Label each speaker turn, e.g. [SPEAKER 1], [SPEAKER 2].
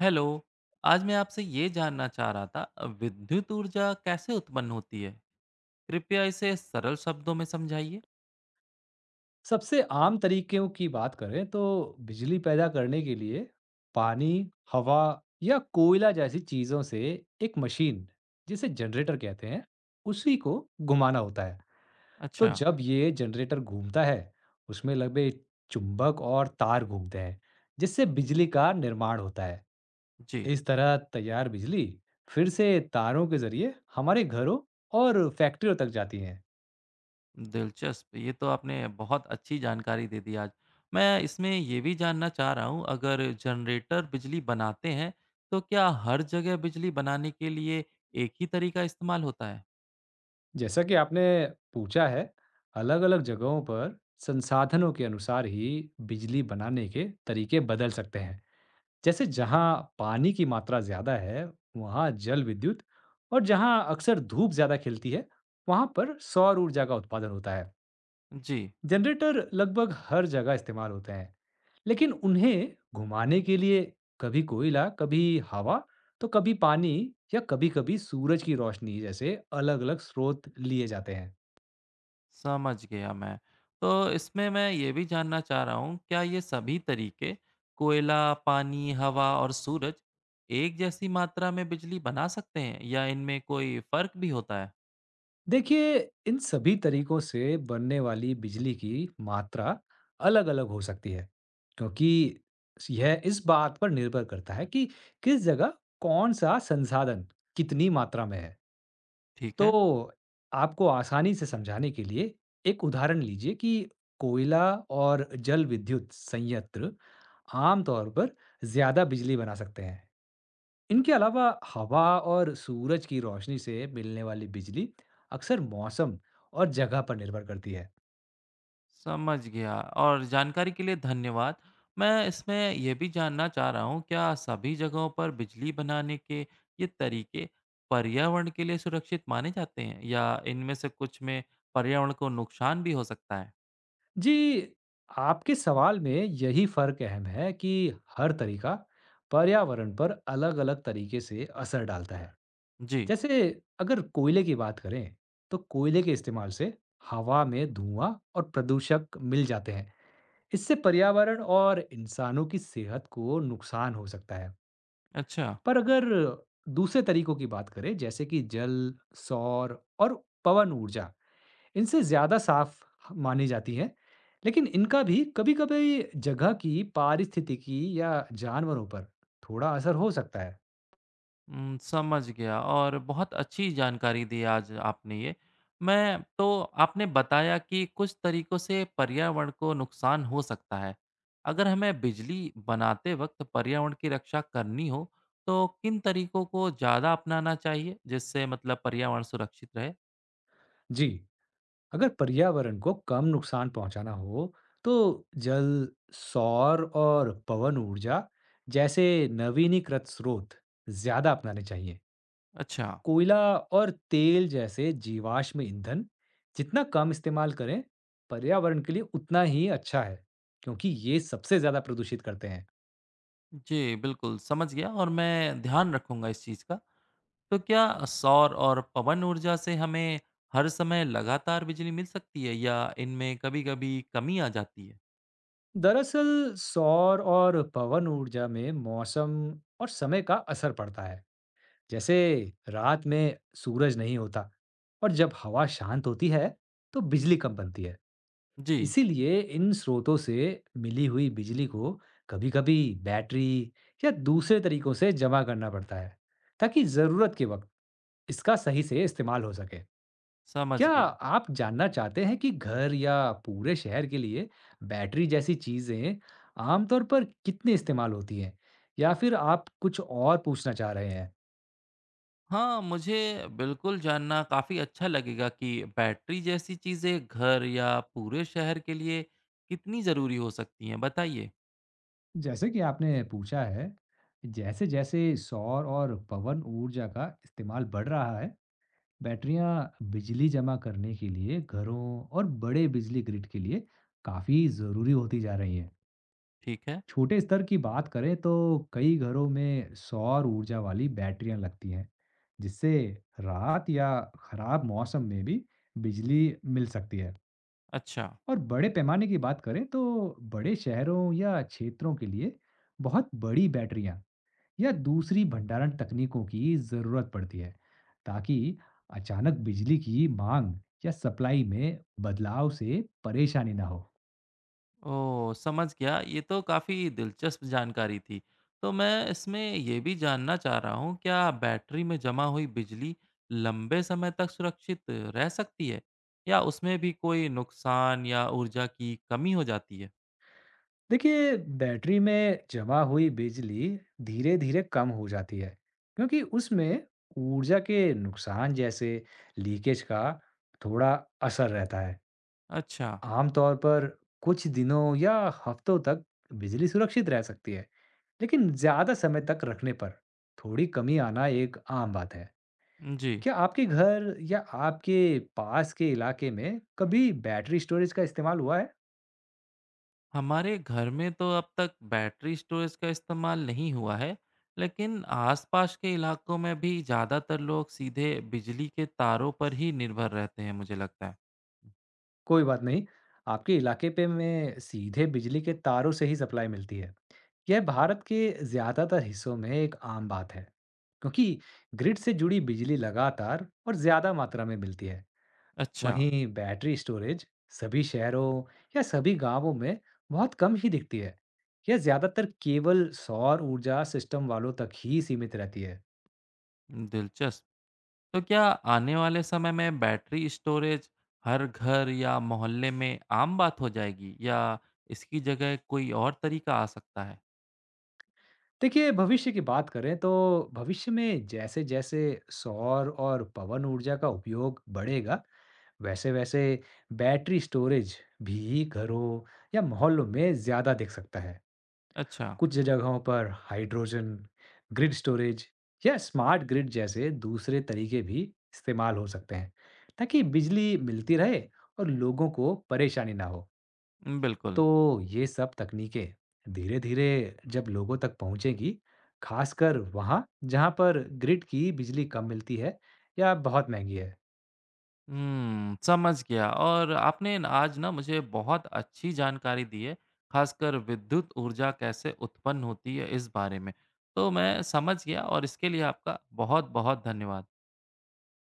[SPEAKER 1] Hello. आज मैं आपसे ये जानना चाह रहा था विद्युत ऊर्जा कैसे उत्पन्न होती है। कृपया इसे सरल शब्दों में समझाइए।
[SPEAKER 2] सबसे आम तरीकों की बात करें तो बिजली पैदा करने के लिए पानी, हवा या कोयला जैसी चीजों से एक मशीन, जिसे जनरेटर कहते हैं, उसी को घुमाना होता है। तो
[SPEAKER 1] अच्छा।
[SPEAKER 2] जब ये जनरेटर घूमता है, उसमें लगे चुंबक और तार घूमते हैं, जिससे बिजली का निर्माण होता है।
[SPEAKER 1] जी।
[SPEAKER 2] इस तरह तैयार बिजली फिर से तारों के जरिए हमारे घरों और फैक्ट्रियों तक जाती है।
[SPEAKER 1] दिलचस्प। ये तो आपने बहुत अच्छी जानकारी दे दी आज। मैं इसमें ये भी जानना चाह रहा हूँ, अगर जनरेटर बिजली बनाते हैं तो क्या हर जगह बिजली बनाने के लिए एक ही तरीका इस्तेमाल होता है?
[SPEAKER 2] जैसा कि आपने पूछा है, अलग-अलग जगहों पर संसाधनों के अनुसार ही बिजली बनाने के तरीके बदल सकते हैं। जैसे जहाँ पानी की मात्रा ज़्यादा है, वहाँ जल विद्युत और जहाँ अक्सर धूप ज़्यादा खिलती है, वहाँ पर सौर ऊर्जा का उत्पादन होता है।
[SPEAKER 1] जी।
[SPEAKER 2] जनरेटर लगभग हर जगह इस्तेमाल होते हैं, लेकिन उन्हें घुमाने के लिए कभी कोयला, कभी हवा, तो कभी पानी या कभी-कभी सूरज की रोशनी जैसे अलग-अलग स्रोत लिए जाते हैं।
[SPEAKER 1] समझ गया मैं। तो इसमें मैं ये भी जानना चाह रहा हूँ, क्या ये सभी तरीके, कोयला, पानी, हवा और सूरज, एक जैसी मात्रा में बिजली बना सकते हैं या इनमें कोई फ़र्क भी होता है?
[SPEAKER 2] देखिए, इन सभी तरीकों से बनने वाली बिजली की मात्रा अलग-अलग हो सकती है, क्योंकि यह इस बात पर निर्भर करता है कि किस जगह कौन सा संसाधन कितनी मात्रा में है।
[SPEAKER 1] ठीक है।
[SPEAKER 2] तो आपको आसानी से समझाने के लिए एक उदाहरण लीजिए कि कोयला और जल विद्युत संयंत्र आमतौर पर ज्यादा बिजली बना सकते हैं। इनके अलावा हवा और सूरज की रोशनी से मिलने वाली बिजली अक्सर मौसम और जगह पर निर्भर करती है।
[SPEAKER 1] समझ गया और जानकारी के लिए धन्यवाद। मैं इसमें ये भी जानना चाह रहा हूँ, क्या सभी जगहों पर बिजली बनाने के ये तरीके पर्यावरण के लिए सुरक्षित माने जाते हैं या इनमें से कुछ में पर्यावरण को नुकसान भी हो सकता है?
[SPEAKER 2] जी, आपके सवाल में यही फर्क अहम है कि हर तरीका पर्यावरण पर अलग-अलग तरीके से असर डालता है।
[SPEAKER 1] जी।
[SPEAKER 2] जैसे अगर कोयले की बात करें, तो कोयले के इस्तेमाल से हवा में धुआं और प्रदूषक मिल जाते हैं। इससे पर्यावरण और इंसानों की सेहत को नुकसान हो सकता है।
[SPEAKER 1] अच्छा।
[SPEAKER 2] पर अगर दूसरे तरीकों की बात करें जैसे कि जल, सौर और पवन ऊर्जा, इनसे ज़्यादा साफ मानी जाती हैं, लेकिन इनका भी कभी-कभी जगह की पारिस्थितिकी या जानवरों पर थोड़ा असर हो सकता है।
[SPEAKER 1] हुँ, समझ गया और बहुत अच्छी जानकारी दी आज आपने ये। मैं, तो आपने बताया कि कुछ तरीकों से पर्यावरण को नुकसान हो सकता है। अगर हमें बिजली बनाते वक़्त पर्यावरण की रक्षा करनी हो, तो किन तरीकों को ज़्यादा अपनाना चाहिए, जिससे मतलब पर्यावरण सुरक्षित रहे?
[SPEAKER 2] जी, अगर पर्यावरण को कम नुकसान पहुंचाना हो, तो जल, सौर और पवन ऊर्जा जैसे नवीनीकृत स्रोत ज़्यादा अपनाने चाहिए।
[SPEAKER 1] अच्छा।
[SPEAKER 2] कोयला और तेल जैसे जीवाश्म ईंधन जितना कम इस्तेमाल करें, पर्यावरण के लिए उतना ही अच्छा है, क्योंकि ये सबसे ज़्यादा प्रदूषित करते हैं।
[SPEAKER 1] जी, बिल्कुल समझ गया और मैं ध्यान रखूँगा इस चीज़ का। तो क्या सौर और पवन ऊर्जा से हमें हर समय लगातार बिजली मिल सकती है या इनमें कभी-कभी कमी आ जाती है?
[SPEAKER 2] दरअसल, सौर और पवन ऊर्जा में मौसम और समय का असर पड़ता है। जैसे रात में सूरज नहीं होता और जब हवा शांत होती है, तो बिजली कम बनती है।
[SPEAKER 1] जी।
[SPEAKER 2] इसीलिए इन स्रोतों से मिली हुई बिजली को कभी-कभी बैटरी या दूसरे तरीकों से जमा करना पड़ता है, ताकि ज़रूरत के वक्त इसका सही से इस्तेमाल हो सके।
[SPEAKER 1] समझ
[SPEAKER 2] क्या
[SPEAKER 1] गया।
[SPEAKER 2] आप जानना चाहते हैं कि घर या पूरे शहर के लिए बैटरी जैसी चीज़ें आमतौर पर कितने इस्तेमाल होती हैं? या फिर आप कुछ और पूछना चाह रहे हैं?
[SPEAKER 1] हाँ, मुझे बिल्कुल जानना काफ़ी अच्छा लगेगा कि बैटरी जैसी चीज़ें घर या पूरे शहर के लिए कितनी ज़रूरी हो सकती हैं, बताइए।
[SPEAKER 2] जैसे कि आपने पूछा है, जैसे-जैसे सौर और पवन ऊर्जा का इस्तेमाल बढ़ रहा है, बैटरियाँ बिजली जमा करने के लिए घरों और बड़े बिजली ग्रिड के लिए काफ़ी ज़रूरी होती जा रही हैं।
[SPEAKER 1] ठीक है।
[SPEAKER 2] छोटे स्तर की बात करें तो कई घरों में सौर ऊर्जा वाली बैटरियाँ लगती हैं, जिससे रात या खराब मौसम में भी बिजली मिल सकती है।
[SPEAKER 1] अच्छा।
[SPEAKER 2] और बड़े पैमाने की बात करें तो बड़े शहरों या क्षेत्रों के लिए बहुत बड़ी बैटरियाँ या दूसरी भंडारण तकनीकों की जरूरत पड़ती है, ताकि अचानक बिजली की मांग या सप्लाई में बदलाव से परेशानी ना हो।
[SPEAKER 1] ओह! समझ गया, ये तो काफ़ी दिलचस्प जानकारी थी। तो मैं इसमें ये भी जानना चाह रहा हूँ, क्या बैटरी में जमा हुई बिजली लंबे समय तक सुरक्षित रह सकती है? या उसमें भी कोई नुकसान या ऊर्जा की कमी हो जाती है?
[SPEAKER 2] देखिए, बैटरी में जमा हुई बिजली धीरे धीरे कम हो जाती है, क्योंकि उसमें ऊर्जा के नुकसान जैसे लीकेज का थोड़ा असर रहता है।
[SPEAKER 1] अच्छा।
[SPEAKER 2] आमतौर पर कुछ दिनों या हफ्तों तक बिजली सुरक्षित रह सकती है, लेकिन ज्यादा समय तक रखने पर थोड़ी कमी आना एक आम बात है।
[SPEAKER 1] जी।
[SPEAKER 2] क्या आपके घर या आपके पास के इलाके में कभी बैटरी स्टोरेज का इस्तेमाल हुआ है?
[SPEAKER 1] हमारे घर में तो अब तक बैटरी स्टोरेज का इस्तेमाल नहीं हुआ है, लेकिन आसपास के इलाकों में भी ज़्यादातर लोग सीधे बिजली के तारों पर ही निर्भर रहते हैं, मुझे लगता है।
[SPEAKER 2] कोई बात नहीं, आपके इलाके पे में सीधे बिजली के तारों से ही सप्लाई मिलती है। यह भारत के ज्यादातर हिस्सों में एक आम बात है, क्योंकि ग्रिड से जुड़ी बिजली लगातार और ज्यादा मात्रा में मिलती है।
[SPEAKER 1] अच्छा।
[SPEAKER 2] वहीं बैटरी स्टोरेज सभी शहरों या सभी गांवों में बहुत कम ही दिखती है। यह ज्यादातर केवल सौर ऊर्जा सिस्टम वालों तक ही सीमित रहती है।
[SPEAKER 1] दिलचस्प। तो क्या आने वाले समय में बैटरी स्टोरेज हर घर या मोहल्ले में आम बात हो जाएगी या इसकी जगह कोई और तरीका आ सकता है?
[SPEAKER 2] देखिए, भविष्य की बात करें तो भविष्य में जैसे जैसे सौर और पवन ऊर्जा का उपयोग बढ़ेगा, वैसे वैसे बैटरी स्टोरेज भी घरों या मोहल्लों में ज्यादा दिख सकता है।
[SPEAKER 1] अच्छा।
[SPEAKER 2] कुछ जगहों पर हाइड्रोजन, ग्रिड स्टोरेज या स्मार्ट ग्रिड जैसे दूसरे तरीके भी इस्तेमाल हो सकते हैं, ताकि बिजली मिलती रहे और लोगों को परेशानी ना हो।
[SPEAKER 1] बिल्कुल।
[SPEAKER 2] तो ये सब तकनीकें धीरे धीरे जब लोगों तक पहुंचेंगी, खासकर वहाँ जहाँ पर ग्रिड की बिजली कम मिलती है या बहुत महंगी है।
[SPEAKER 1] हुँ, समझ गया और आपने न आज ना मुझे बहुत अच्छी जानकारी दी है, ख़ासकर विद्युत ऊर्जा कैसे उत्पन्न होती है इस बारे में। तो मैं समझ गया और इसके लिए आपका बहुत-बहुत धन्यवाद।